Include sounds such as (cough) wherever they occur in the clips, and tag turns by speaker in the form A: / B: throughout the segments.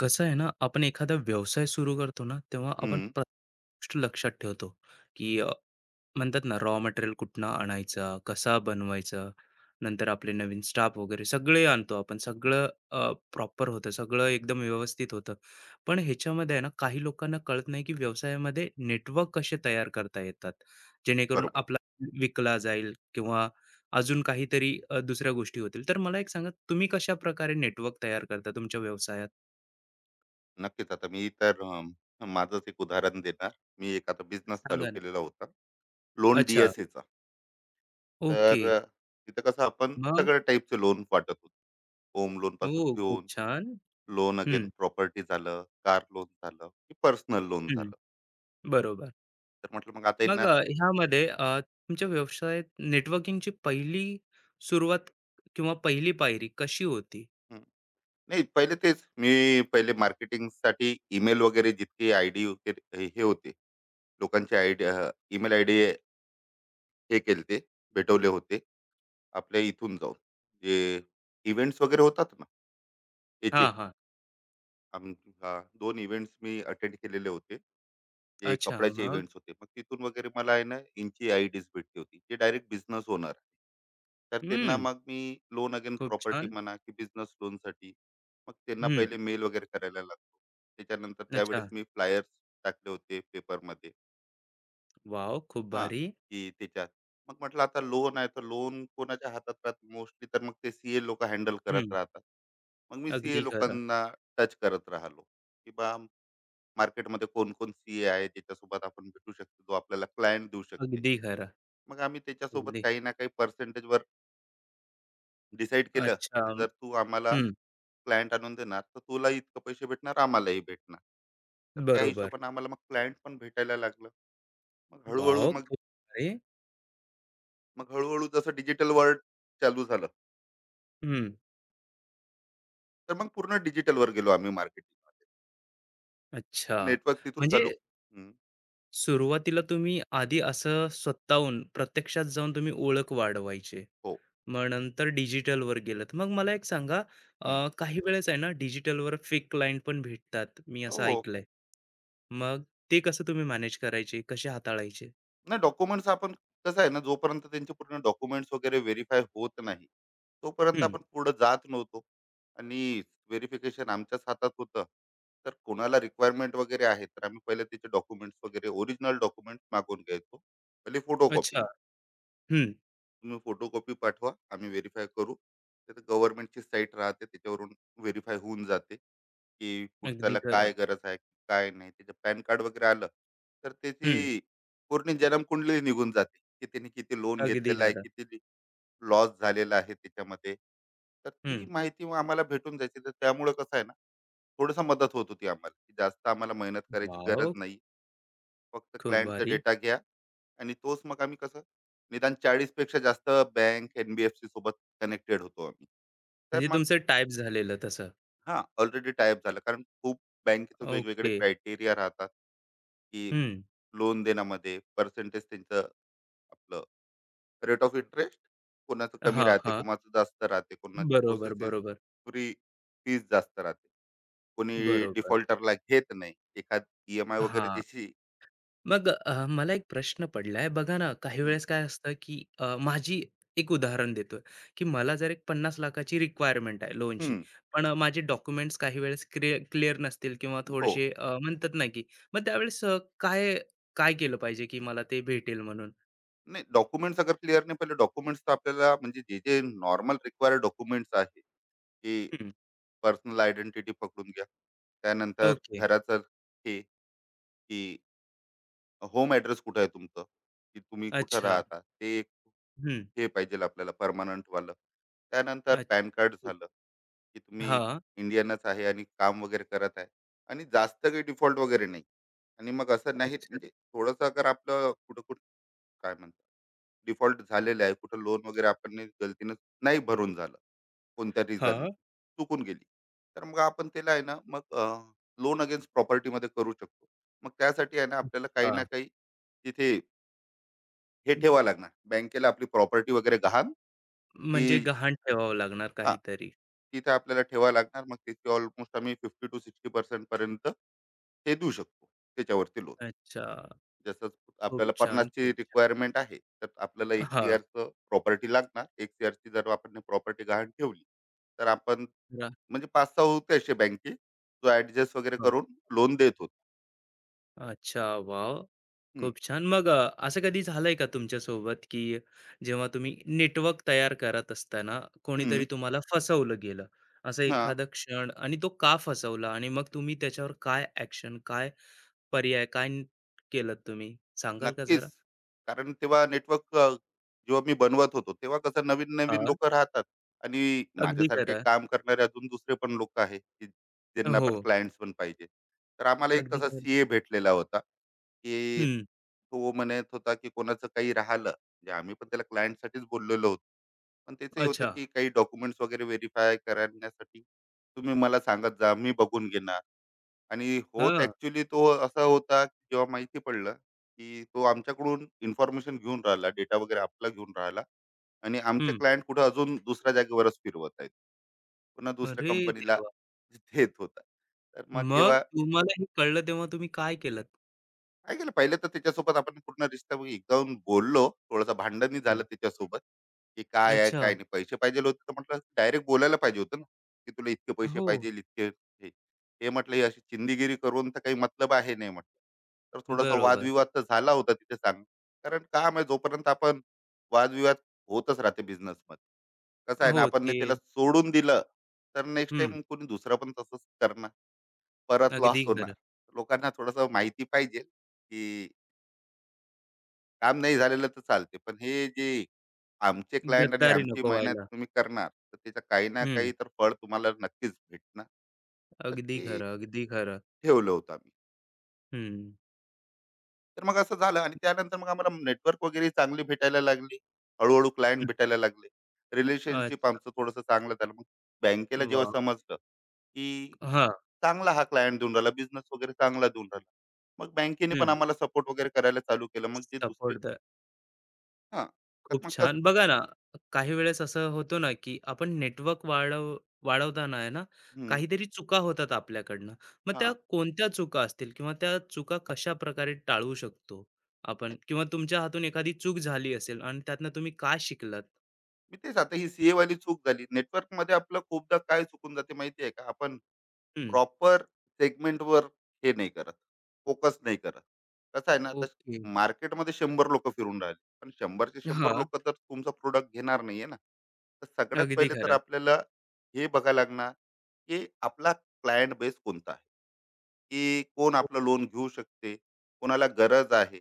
A: कसं आहे ना, आपण एखादा व्यवसाय सुरू करतो ना, तेव्हा आपण
B: हं,
A: प्रत्येक गोष्ट लक्षात ठेवतो, की म्हणतात ना रॉ मटेरियल कुठनं आणायचा, कसा बनवायचा, नंतर आपले नवीन स्टाफ वगैरे सगळे आणतो आपण. सगळं प्रॉपर होतं, सगळं एकदम व्यवस्थित होतं. पण ह्याच्यामध्ये आहे ना, काही लोकांना कळत नाही, की व्यवसायामध्ये नेटवर्क कसे तयार करता येतात, जेणेकरून
B: बरोबर.
A: आपला विकला जाईल किंवा अजून काहीतरी दुसऱ्या गोष्टी होतील. तर मला एक सांगा, तुम्ही कशाप्रकारे नेटवर्क तयार करता तुमच्या व्यवसायात?
B: नक्कीच. आता मी तर माझंच एक उदाहरण देणार. मी एक आता बिझनेस चालू
A: सांगा ना.
B: केलेला होता, लोन
A: अच्छा.
B: डी-एस-एचा. तर
A: ओके.
B: अ, तिथं कसं आपण
A: मग?
B: सगळ्या टाईपचे लोन वाटत होतो. होम लोनपासून
A: ओह! खूप
B: घेऊन
A: छान.
B: लोन अगेन
A: हं,
B: प्रॉपर्टी झालं, कार लोन झालं, की पर्सनल लोन
A: हं.
B: झालं.
A: बरोबर.
B: तर म्हटलं मग आता
A: मग
B: यांना
A: ह्यामध्ये तुमच्या व्यवसायात नेटवर्किंगची पहिली सुरुवात किंवा पहिली पायरी कशी होती?
B: हं, नाही पहिले तेच मी पहिले मार्केटिंगसाठी ईमेल वगैरे जितके आयडी वगैरे हे हे होते, लोकांचे आयडी, ईमेल आयडी हे केलते, भेटवले होते. आपल्या इथून जाऊन जे इव्हेंट्स वगैरे होतात ना याचे,
A: हां, हां.
B: आम- हा, दोन इव्हेंट्स मी अटेंड केलेले होते, जे
A: अच्छा.
B: कपड्याचे
A: मग?
B: इव्हेंट्स होते. मग तिथून वगैरे मला आहे ना यांची आय डीज भेटली होती, जे डायरेक्ट बिझनेस ओनर आहे. तर त्यांना
A: हं.
B: मग मी लोन अगेन
A: खूप
B: प्रॉपर्टी
A: छान.
B: म्हणा की बिझनेस लोनसाठी मग त्यांना
A: हं.
B: पहिले मेल वगैरे करायला लागतो. त्याच्यानंतर त्यावेळेस
A: अच्छा.
B: मी फ्लायर्स टाकले होते पेपरमध्ये.
A: वॉव! खूप
B: हां,
A: भारी.
B: की त्याच्यात मग म्हटलं, आता लोन आहे तर लोन कोणाच्या हातात राहत मोस्टली, तर मग ते सीए लोक हँडल करत
A: हं.
B: राहतात. मग मी सीए
A: अगदी खरं.
B: लोकांना टच करत राहिलो, की बा मार्केटमध्ये कोण कोण सीए आहे ज्याच्यासोबत आपण भेटू शकतो, जो आपल्याला क्लायंट देऊ शकते.
A: अगदी खरं.
B: मग आम्ही त्याच्यासोबत
A: अगदी.
B: काही ना काही पर्सेंटेजवर डिसाईड केलं,
A: अच्छा.
B: की जर तू आम्हाला
A: हं.
B: क्लायंट आणून देणार तर तुला इतकं पैसे भेटणार, आम्हालाही भेटणार. तर त्या
A: बरोबर.
B: हिशोबाने आम्हाला मग क्लायंट पण भेटायला लागलं. मग हळूहळू
A: वॉव!
B: मग
A: खूप भारी.
B: मग हळूहळू जसं डिजिटल वर्ल्ड चालू झालं,
A: हं.
B: तर मग पूर्ण डिजिटलवर गेलो आम्ही मार्केटिंग.
A: अच्छा.
B: नेटवर्क तिथून
A: म्हणजे
B: चालू.
A: सुरुवातीला तुम्ही आधी असं स्वतःहून प्रत्यक्षात जाऊन तुम्ही ओळख वाढवायचे.
B: हो.
A: मग नंतर डिजिटलवर गेलात. मग मला एक सांगा
B: हम्म,
A: काही वेळेस आहे ना डिजिटलवर फेक क्लायंट पण भेटतात. मी असं
B: हो, हो.
A: ऐकलंय. मग ते कसं तुम्ही मॅनेज करायचे? कसे हाताळायचे?
B: नाही, डॉक्युमेंट्स आपण, कसं आहे ना, जोपर्यंत त्यांचे पूर्ण डॉक्युमेंट्स वगैरे व्हेरीफाय होत नाही तोपर्यंत
A: हं.
B: आपण पुढे जात नव्हतो. आणि व्हेरिफिकेशन आमच्याच हातात होतं. तर कोणाला रिक्वायरमेंट वगैरे आहे, तर आम्ही पहिले त्याचे डॉक्युमेंट्स वगैरे, ओरिजिनल डॉक्युमेंट्स मागून घ्यायचो. पहिले फोटोकॉपी,
A: अच्छा. हं.
B: तुम्ही फोटोकॉपी पाठवा, आम्ही व्हेरीफाय करू. तर गव्हर्नमेंटची साईट राहते, त्याच्यावरून व्हेरीफाय होऊन जाते, की
A: अगदी
B: पुढच्याला
A: खरं.
B: काय गरज आहे, काय नाही. त्याचं पॅन कार्ड वगैरे आलं, तर
A: हं.
B: त्याची पूर्ण जन्मकुंडली निघून जाते, की त्याने किती लोन
A: अगदी
B: घेतलेलं आहे,
A: खरं.
B: किती लॉस झालेला आहे त्याच्यामध्ये. तर ती
A: हं.
B: माहिती मग आम्हाला भेटून जायची. तर त्यामुळं कसं आहे ना, थोडीसं मदत होत होती आम्हाला, की जास्त आम्हाला मेहनत करायची गरज
A: वॉव!
B: नाही. फक्त
A: खूप
B: क्लायंटचा
A: भारी.
B: डेटा घ्या आणि तोच मग आम्ही कसं, निदान 40 पेक्षा जास्त बँक, एन सोबत कनेक्टेड होतो आम्ही. तर
A: म्हणजे
B: मग,
A: तुमचं टाइप झालेलं तसं.
B: हां, ऑलरेडी टायअप झालं. कारण खूप बँकेचे वेगवेगळे
A: ओके.
B: क्रायटेरिया राहतात, की
A: हं.
B: लोन देण्यामध्ये पर्सेंटेज त्यांचं, आपलं रेट ऑफ इंटरेस्ट, कोणाचं कमी
A: हां,
B: राहते,
A: हां.
B: कोणाचं जास्त राहते, कोणाची
A: बरोबर,
B: प्रोसेसेस
A: बरोबर,
B: फ्री, फीस जास्त राहते. कोणी
A: बरोबर.
B: डिफॉल्टरला घेत नाही. एखाद ई-एम-आय वगैरे
A: हां.
B: त्याची.
A: मग मला एक प्रश्न पडलाय बघा ना काही
B: हं,
A: वेळेस काय असतं की माझी एक उदाहरण देतोय की मला जर एक 50 लाखाची रिक्वायरमेंट आहे लोनची
B: हं.
A: पण माझे डॉक्युमेंट्स काही वेळेस क्लिअर नसतील किंवा
B: हो.
A: थोडेसे म्हणतात ना की मग त्यावेळेस काय काय केलं पाहिजे की मला ते भेटेल म्हणून
B: नाही, डॉक्युमेंट्स अगर क्लिअर नाही, पहिले डॉक्युमेंट्स तर आपल्याला, म्हणजे जे नॉर्मल रिक्वायर्ड डॉक्युमेंट्स आहे, की
A: हम्म,
B: पर्सनल आयडेंटिटी पकडून घ्या. त्यानंतर
A: ओके
B: घराचं हे, की होम ॲड्रेस कुठं आहे तुमचं, की तुम्ही कुठं
A: अच्छा
B: राहता? ते एक
A: हम्म
B: हे पाहिजे आपल्याला, परमनंटवालं. त्यानंतर
A: अच्छा
B: पॅन कार्ड झालं, की तुम्ही
A: हा
B: इंडियनच आहे आणि काम वगैरे करत आहे आणि जास्त काही डिफॉल्ट वगैरे नाही. आणि मग असं नाही,
A: अच्छा
B: म्हणजे थोडंसं अगर आपलं कुठं-कुठं, काय म्हणतात, डिफॉल्ट झालेलं आहे, कुठं लोन वगैरे आपण गलतीनं नाही भरून झालं, कोणत्या
A: हा
B: रिझननी चुकून गेली, तर मग आपण त्याला आहे ना, मग लोन अगेन्स्ट प्रॉपर्टीमध्ये करू शकतो. मग त्यासाठी आहे ना, आपल्याला काही
A: हा
B: ना काही तिथे हे ठेवावं लागणार. बँकेला आपली प्रॉपर्टी वगैरे गहाण,
A: म्हणजे
B: की,
A: गहाण ठेवावं लागणार
B: हां,
A: काहीतरी
B: तिथे आपल्याला ठेवावं लागणार. मग त्याची ऑलमोस्ट आम्ही 50% टू 60% पर्यंत ते देऊ शकतो, त्याच्यावरती लोन.
A: अच्छा
B: जसं
A: खूप
B: आपल्याला 50
A: छान
B: ची
A: खूप छान
B: रिक्वायरमेंट आहे, तर आपल्याला 1
A: हा
B: सीआरचं प्रॉपर्टी लागणार. 1 सीआरची जर आपण प्रॉपर्टी गहाण ठेवली, तर आपण, म्हणजे 5-6 होते असे बँके, जो ॲडजस्ट वगैरे
A: हां.
B: करून लोन देत होता.
A: अच्छा, वाव
B: हं,
A: खूप छान. मग असं कधी झालंय का तुमच्या सोबत की जेव्हा तुम्ही नेटवर्क तयार करत असताना
B: हं.
A: कोणीतरी तुम्हाला फसवलं गेलं? असा
B: हां.
A: एखादा क्षण आणि तो का फसवला आणि मग तुम्ही त्याच्यावर काय ॲक्शन, काय पर्याय, काय केलत तुम्ही? सांगाल का
B: नक्कीच.
A: जरा?
B: कारण तेव्हा नेटवर्क जेव्हा मी बनवत होतो, तेव्हा कसं, नवीन-नवीन
A: हां,
B: लोकं राहतात आणि
A: अगदी
B: माझ्यासारखे
A: खरं
B: काम करणारे अजून दुसरे पण लोकं आहेत, की ज्यांना पण
A: हो,
B: क्लायंट्स पण पाहिजे. तर आम्हाला एक
A: अगदी
B: तसा
A: खरं.
B: सीए भेटलेला होता, की
A: हं.
B: तो म्हणत होता, की कोणाचं काही राहिलं, म्हणजे आम्ही पण त्याला क्लायंटसाठीच बोललेलो होतो. पण त्याचं होतं,
A: अच्छा.
B: की काही डॉक्युमेंट्स वगैरे व्हेरिफाय करण्यासाठी तुम्ही मला सांगत जा, मी बघून घेणार. आणि होत
A: हां.
B: ऍक्च्युली तो असा होता, की जेव्हा माहिती पडलं, की तो आमच्याकडून इन्फॉर्मेशन घेऊन राहिला, डेटा वगैरे आपला घेऊन राहिला आणि आमचे
A: हं.
B: क्लायंट कुठं अजून दुसऱ्या जागेवरच फिरवत आहेत, पुन्हा दुसऱ्या
A: अरे
B: कंपनीला
A: देवा!
B: (laughs) देत होता. तर मग
A: मग
B: जेव्हा,
A: तुम्हाला हे कळलं तेव्हा तुम्ही काय केलत?
B: काय केलं पहिले, तर त्याच्यासोबत आपण पूर्ण रिश्ता, जाऊन बोललो, थोडंसं भांडणही झालं त्याच्यासोबत, की काय आहे
A: अच्छा.
B: काय नाही, पैसे पाहिजे होते तर म्हटलं डायरेक्ट बोलायला पाहिजे होतं ना, की तुला इतके पैसे
A: हो,
B: पाहिजे, इतके हे, हे म्हटलं. ही अशी चिंदीगिरी करून तर काही मतलब आहे नाही, म्हटलं. तर थोडासा, हो,
A: बरोबर.
B: वादविवाद तर झाला होता तिथे सांग. कारण काम आहे, जोपर्यंत आपण, वादविवाद होतच राहते बिझनेसमध्ये. कसं आहे
A: हो,
B: ना, आपण ने
A: ते
B: त्याला सोडून दिलं तर नेक्स्ट
A: हं,
B: टाइम कोणी दुसरा पण तसंच करणार, परत
A: अगदी
B: लॉस होणार.
A: खरं.
B: लोकांना थोडस माहिती पाहिजे, की काम नाही झालेलं तर चालते. पण हे जे आमचे क्लायंट आणि
A: गद्दारी
B: आमची
A: नको
B: मेहनत
A: व्हायला.
B: तुम्ही करणार, तर त्याचं काही ना
A: हं,
B: काही तर फळ तुम्हाला नक्कीच भेटणार. तर
A: अगदी
B: ते
A: खरं, अगदी खरं.
B: ठेवलं होतं आम्ही.
A: हं,
B: तर मग असं झालं आणि त्यानंतर मग आम्हाला नेटवर्क वगैरे चांगली भेटायला लागली. हळू क्लायंट
A: हं.
B: भेटायला लागले. रिलेशनशिप
A: अच्छा,
B: आमचं थोडंसं चांगलं झालं. मग बँकेला जेव्हा
A: वाह!
B: समजलं, की
A: हां,
B: चांगला हा क्लायंट देऊन राहिला, बिझनेस वगैरे चांगला देऊन राहिला, मग बँकेने पण
A: हं.
B: आम्हाला सपोर्ट वगैरे करायला चालू केलं. मग ते दुसरे,
A: सपोर्ट द
B: हां. तर
A: खूप
B: मग कसं.
A: छान. बघा ना, काही वेळेस असं होतो ना, की आपण नेटवर्क वाढवताना आहे ना,
B: हं.
A: काहीतरी चुका होतात आपल्याकडनं. मग त्या
B: हां.
A: कोणत्या चुका असतील किंवा त्या चुका कशाप्रकारे टाळू शकतो आपण? किंवा तुमच्या हातून एखादी चूक झाली असेल आणि त्यातनं तुम्ही काय शिकलात?
B: मी तेच, आता ही सीए वाली चूक झाली नेटवर्क मध्ये. आपलं खूपदा काय चुकून जाते माहिती आहे का, आपण
A: हं,
B: प्रॉपर सेगमेंटवर हे नाही करत, फोकस नाही करत. कसं आहे ना, आता
A: ओके.
B: मार्केटमध्ये 100 लोकं फिरून राहिले. पण 100चे 100
A: हां,
B: लोकं तर तुमचा प्रॉडक्ट घेणार नाही आहे ना. तर सगळ्यात
A: अगदी
B: पहिले तर
A: खरं.
B: आपल्याला हे बघायला लागणार, की आपला क्लायंट बेस कोणता आहे, की कोण
A: हो.
B: आपलं लोन घेऊ शकते, कोणाला गरज आहे.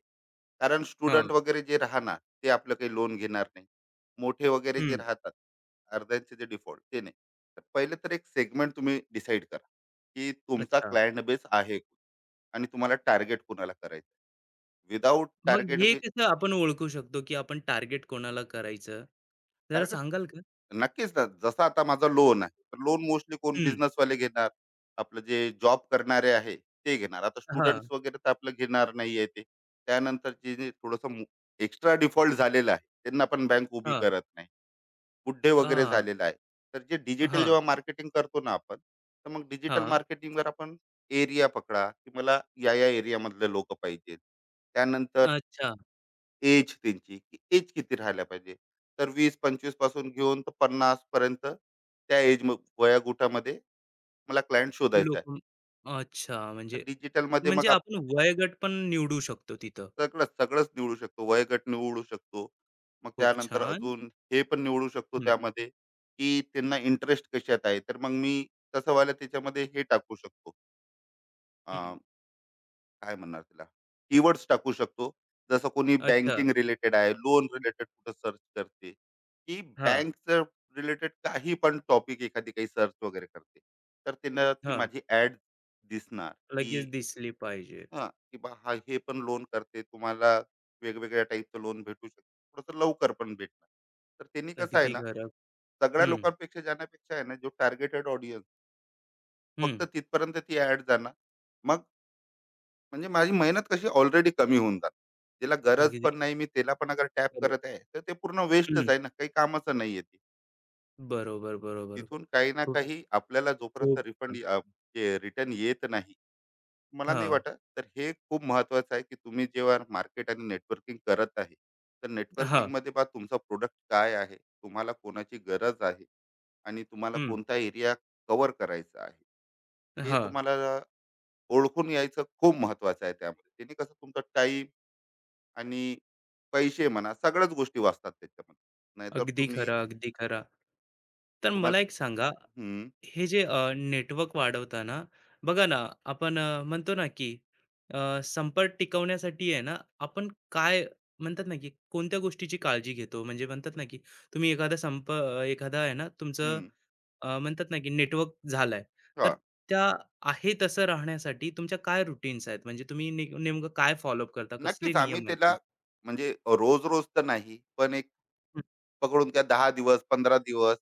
B: कारण
A: हां,
B: स्टुडंट वगैरे जे राहणार, ते आपलं काही लोन घेणार नाही. मोठे वगैरे जे राहतात, अर्ध्यांचे जे डिफॉल्ट, ते नाही. तर पहिले तर एक सेगमेंट तुम्ही डिसाईड करा, की तुमचा
A: अच्छा.
B: क्लायंट बेस आहे आणि तुम्हाला टार्गेट कुणाला करायचं. विदाऊट
A: मग
B: टार्गेट
A: हे
B: बेस,
A: कसं आपण ओळखू शकतो, की आपण टार्गेट कोणाला करायचं? जरा
B: टार्गेट,
A: सांगाल का?
B: नक्कीच ना, जसं आता माझं लोन आहे तर लोन मोस्टली कोण,
A: हं.
B: बिझनेसवाले घेणार, आपलं जे जॉब करणारे आहे ते घेणार. आता
A: हां,
B: स्टुडंट्स वगैरे तर आपलं घेणार नाहीये ते. त्यानंतर जे जे थोडंसं एक्स्ट्रा डिफॉल्ट झालेलं आहे त्यांना पण बँक उभी
A: हां.
B: करत नाही, बुड्ढे वगैरे
A: हां,
B: झालेलं आहे. तर जे डिजिटल
A: हां,
B: जेव्हा मार्केटिंग करतो ना आपण, तर मग डिजिटल
A: हां.
B: मार्केटिंगवर आपण एरिया पकडा, की मला या-या एरियामधले लोक पाहिजेत. त्यानंतर
A: अच्छा.
B: एज त्यांची, की एज किती राहायला पाहिजे. तर 20-25 पासून घेऊन तर 50 पर्यंत त्या एज म, मला क्लायंट शोधायचा आहे.
A: लोकं अच्छा
B: तर
A: म्हणजे
B: डिजिटलमध्ये
A: म्हणजे
B: मग
A: आपण वयोगट पण निवडू शकतो तिथं.
B: सगळं, सगळंच निवडू शकतो, वयोगट निवडू शकतो. मग
A: खूप
B: त्यानंतर
A: छान.
B: अजून हे पण निवडू शकतो
A: हं,
B: त्यामध्ये, की त्यांना इंटरेस्ट कशात आहे. तर मग मी तसं व्हायला त्याच्यामध्ये हे टाकू शकतो,
A: हं.
B: अं, काय म्हणणार तिला, कीवर्ड्स टाकू शकतो. जसं कोणी
A: अच्छा.
B: बँकिंग रिलेटेड आहे, लोन रिलेटेड कुठं सर्च करते, की
A: हां,
B: बँकचं रिलेटेड काही पण टॉपिक एखादी काही सर्च वगैरे करते, तर त्यांना ती
A: हां.
B: माझी ऍड दिसणार.
A: लगेच दिसली पाहिजे.
B: हा, की बा, हा हे पण लोन करते तुम्हाला, वेगवेगळ्या टाईपचं लोन भेटू शकतं, थोडंसं लवकर पण भेटणार. तर त्यांनी कसं आहे
A: अगदी
B: ना,
A: खरं.
B: सगळ्या
A: हं,
B: लोकांपेक्षा जाण्यापेक्षा आहे ना, जो टार्गेटेड ऑडियन्स,
A: हं.
B: फक्त तिथपर्यंत ती ऍड जाणार. मग म्हणजे माझी मेहनत कशी ऑलरेडी कमी होऊन जाणार. ज्याला गरज
A: अगदी
B: पण नाही मी त्याला पण अगर टॅप
A: खरं.
B: करत आहे, तर ते पूर्ण
A: हं.
B: वेस्टच आहे ना, काही कामाचं नाही येते.
A: बरोबर, बरोबर.
B: तिथून काही ना
A: खूप
B: काही आपल्याला जोपर्यंत
A: खूप
B: रिफंड,
A: छान.
B: रिटर्न येत नाही, मला नाही
A: हां,
B: वाटत. तर हे खूप महत्वाचं आहे, की तुम्ही जेव्हा मार्केट आणि नेटवर्किंग करत आहे, तर नेटवर्किंग
A: हां.
B: मध्ये बा तुमचा प्रोडक्ट काय आहे, तुम्हाला कोणाची गरज आहे आणि तुम्हाला
A: हं.
B: कोणता एरिया कव्हर करायचा आहे, हे
A: हां,
B: तुम्हाला ओळखून यायचं खूप महत्वाचं आहे त्यामध्ये. त्याने कसं, तुमचा टाईम आणि पैसे म्हणा, सगळ्याच गोष्टी वाचतात त्याच्यामध्ये. नाहीतर
A: अगदी
B: तुम्ही,
A: खरं, अगदी खरं. तर मला
B: तुम्हाला.
A: एक सांगा,
B: हम्म
A: हे जे नेटवर्क वाढवताना बघा ना, आपण म्हणतो ना, की संपर्क टिकवण्यासाठी आहे ना, आपण काय म्हणतात ना, की कोणत्या गोष्टीची काळजी घेतो? म्हणजे म्हणतात ना, की तुम्ही एखादा एखादा आहे ना, तुमचं
B: हम्म
A: म्हणतात ना, की नेटवर्क झालाय,
B: हा,
A: तर त्या आहे तसं राहण्यासाठी तुमच्या काय रूटीन्स आहेत? म्हणजे तुम्ही नेमकं काय फॉलोअप करता? कसले
B: नक्कीच. आम्ही
A: नियम आहेत
B: त्याला,
A: तुमचे?
B: म्हणजे, रोज रोज तर नाही, पण एक
A: हं.
B: पकडून घ्या, 10 दिवस, 15 दिवस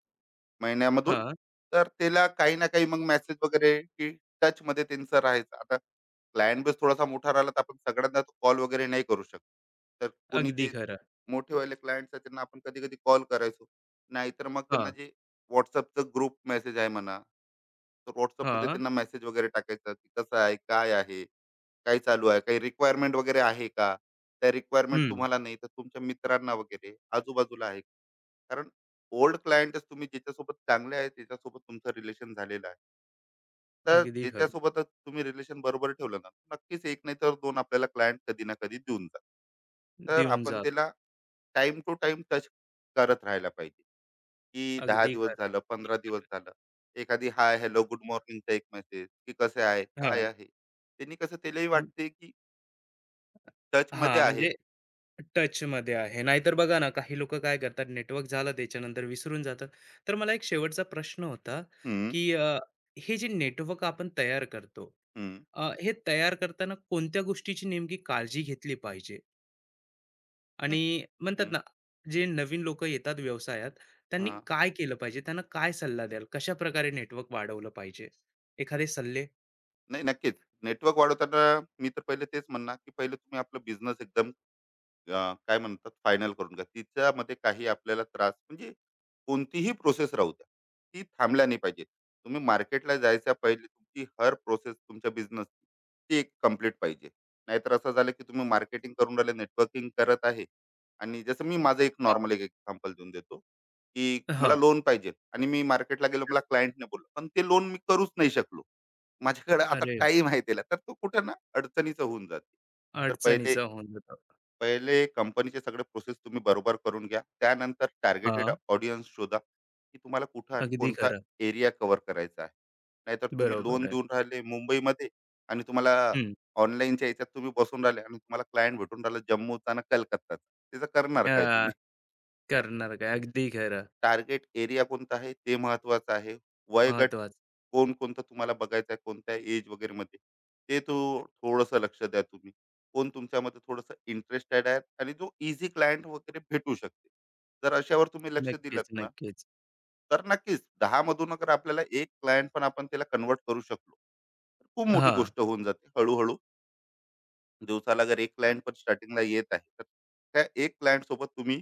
B: महिन्यामधून,
A: हां,
B: तर त्याला काही ना काही मग मेसेज वगैरे, की टचमध्ये त्यांचं राहायचं. आता क्लायंट बेस थोडासा मोठा राहिला, तर आपण सगळ्यांना कॉल वगैरे नाही करू शकत. तर कोणी
A: अगदी
B: जे
A: खरं.
B: मोठेवाले क्लायंट्स आहेत, त्यांना आपण कधी-कधी कॉल करायचो. नाहीतर मग त्यांना
A: हां,
B: जे WhatsAppचं ग्रुप मेसेज आहे म्हणा, तर WhatsAppमध्ये
A: हां.
B: त्यांना मेसेज वगैरे टाकायचा, की कसं आहे, काय आहे, काय चालू आहे, काही रिक्वायरमेंट वगैरे आहे का? त्या रिक्वायरमेंट
A: हं.
B: तुम्हाला नाही, तर तुमच्या मित्रांना वगैरे आजूबाजूला आहे. कारण ओल्ड क्लायंटच, तुम्ही ज्याच्यासोबत चांगले आहे, त्याच्यासोबत तुमचं रिलेशन झालेलं आहे. तर
A: अगदी खरं.
B: ज्याच्यासोबतच तुम्ही रिलेशन बरोबर ठेवलं ना, नक्कीच एक नाही तर 2 आपल्याला क्लायंट कधी ना कधी देऊन जातात. तर
A: देऊन
B: आपण
A: जा.
B: त्याला टाइम टू टाइम टच करत राहायला पाहिजे, की 10
A: अगदी
B: दिवस
A: खरं.
B: झालं, 15 दिवस झालं. एखादी हाय, हॅलो, गुड मॉर्निंगचा एक मेसेज, की "कसे आहे? काय
A: हां.
B: आहे?" त्यांनी कसं त्यालाही
A: हं,
B: वाटते, की टचमध्ये
A: हां,
B: आहे.
A: म्हणजे टचमध्ये आहे. नाहीतर बघा ना, काही लोकं काय करतात, नेटवर्क झालं त्याच्यानंतर विसरून जातात. तर मला एक शेवटचा प्रश्न होता,
B: हं,
A: की हे जे नेटवर्क आपण तयार करतो,
B: हं,
A: हे तयार करताना कोणत्या गोष्टीची नेमकी काळजी घेतली पाहिजे? आणि म्हणतात
B: हं,
A: ना, जे नवीन लोकं येतात व्यवसायात, त्यांनी
B: हां.
A: काय केलं पाहिजे? त्यांना काय सल्ला द्याल? कशाप्रकारे नेटवर्क वाढवलं पाहिजे? एखादे सल्ले?
B: नाही, नक्कीच. नेटवर्क वाढवताना मी तर पहिले तेच म्हणणार, की पहिले तुम्ही आपला बिझनेस एकदम, अ, काय म्हणतात, फायनल करून घ्या. तिच्यामध्ये काही आपल्याला त्रास, म्हणजे कोणतीही प्रोसेस राहू द्या, ती थांबल्या नाही पाहिजे. तुम्ही मार्केटला जायच्या पहिले तुमची हर प्रोसेस तुमच्या बिझनेसची, ती एक कंप्लीट पाहिजे. नाहीतर असं झालं, की तुम्ही मार्केटिंग करून राहिले, नेटवर्किंग करत आहे आणि जसं मी माझं एक
A: हां.
B: नॉर्मल एक एक्झाम्पल देऊन देतो, की मला
A: हां.
B: लोन पाहिजे आणि मी मार्केटला गेलो, मला क्लायंटने बोललं, पण ते लोन मी करूच नाही शकलो. माझ्याकडे आता
A: अरे
B: टाईम आहे त्याला, तर तो कुठं ना अडचणीचं होऊन जाते. तर पहिले
A: अडचणीचं होऊन जातं.
B: पहिले कंपनीचे सगळे प्रोसेस तुम्ही बरोबर करून घ्या. त्यानंतर टार्गेटेड
A: हां.
B: ऑडियन्स शोधा, की तुम्हाला कुठं आणि
A: अगदी
B: कोणता
A: खरं.
B: एरिया कव्हर करायचा आहे. नाहीतर तुम्ही लोन
A: बरोबर आहे.
B: देऊन राहिले मुंबईमध्ये आणि तुम्हाला
A: हं.
B: ऑनलाईनच्या याच्यात तुम्ही बसून राहिले आणि तुम्हाला क्लायंट भेटून राहिला जम्मूचा आणि कलकत्ताचा. त्याचं करणार काय
A: अ,
B: तुम्ही? तर
A: करणार काय? अगदी खरं.
B: टार्गेट एरिया कोणता आहे ते महत्वाचं आहे. वयोगट
A: महत्वाचं.
B: कोण कोणतं तुम्हाला बघायचं आहे, कोणत्या एज वगैरेमध्ये, ते तो थोडंसं लक्ष द्या तुम्ही. कोण तुमच्यामध्ये थोडंसं इंटरेस्टेड आहे आणि जो ईझी क्लायंट वगैरे भेटू शकते. जर अशावर तुम्ही लक्ष
A: नक्कीच,
B: दिलत ना,
A: नक्कीच.
B: तर नक्कीच 10 मधून अगर आपल्याला 1 क्लायंट पण आपण त्याला कन्व्हर्ट करू शकलो, तर खूप मोठी
A: हां.
B: गोष्ट होऊन जाते. हळू दिवसाला अगर 1
A: अ,
B: क्लायंट पण स्टार्टिंगला येत आहे, तर त्या 1 क्लायंट सोबत तुम्ही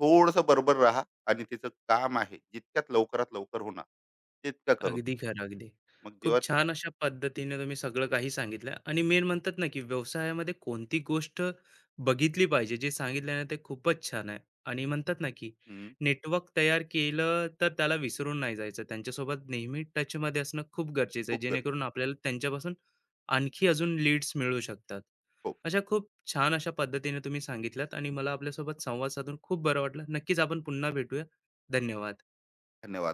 B: थोडंसं बरोबर राहा आणि तिचं काम आहे जितक्यात लवकरात लवकर होणार, तितकं करून द्या.
A: अगदी खरं, अगदी.
B: मग
A: खूप
B: जेव्हा तू,
A: छान अशा पद्धतीने तुम्ही सगळं काही सांगितलं आणि मेन म्हणतात ना, की व्यवसायामध्ये कोणती गोष्ट बघितली पाहिजे, जे सांगितलं ना, ते खूपच छान आहे. आणि म्हणतात ना, की
B: हं,
A: नेटवर्क तयार केलं तर त्याला विसरून नाही जायचं. त्यांच्यासोबत नेहमी टचमध्ये असणं खूप गरजेचं आहे,
B: खूप गरजेचं.
A: जेणेकरून आपल्याला त्यांच्यापासून आणखी अजून लीड्स मिळू शकतात.
B: हो,
A: अशा खूप छान अशा पद्धतीने तुम्ही सांगितल्यात आणि मला आपल्यासोबत संवाद साधून खूप बरं वाटलं. नक्कीच आपण पुन्हा भेटूया. धन्यवाद.
B: धन्यवाद.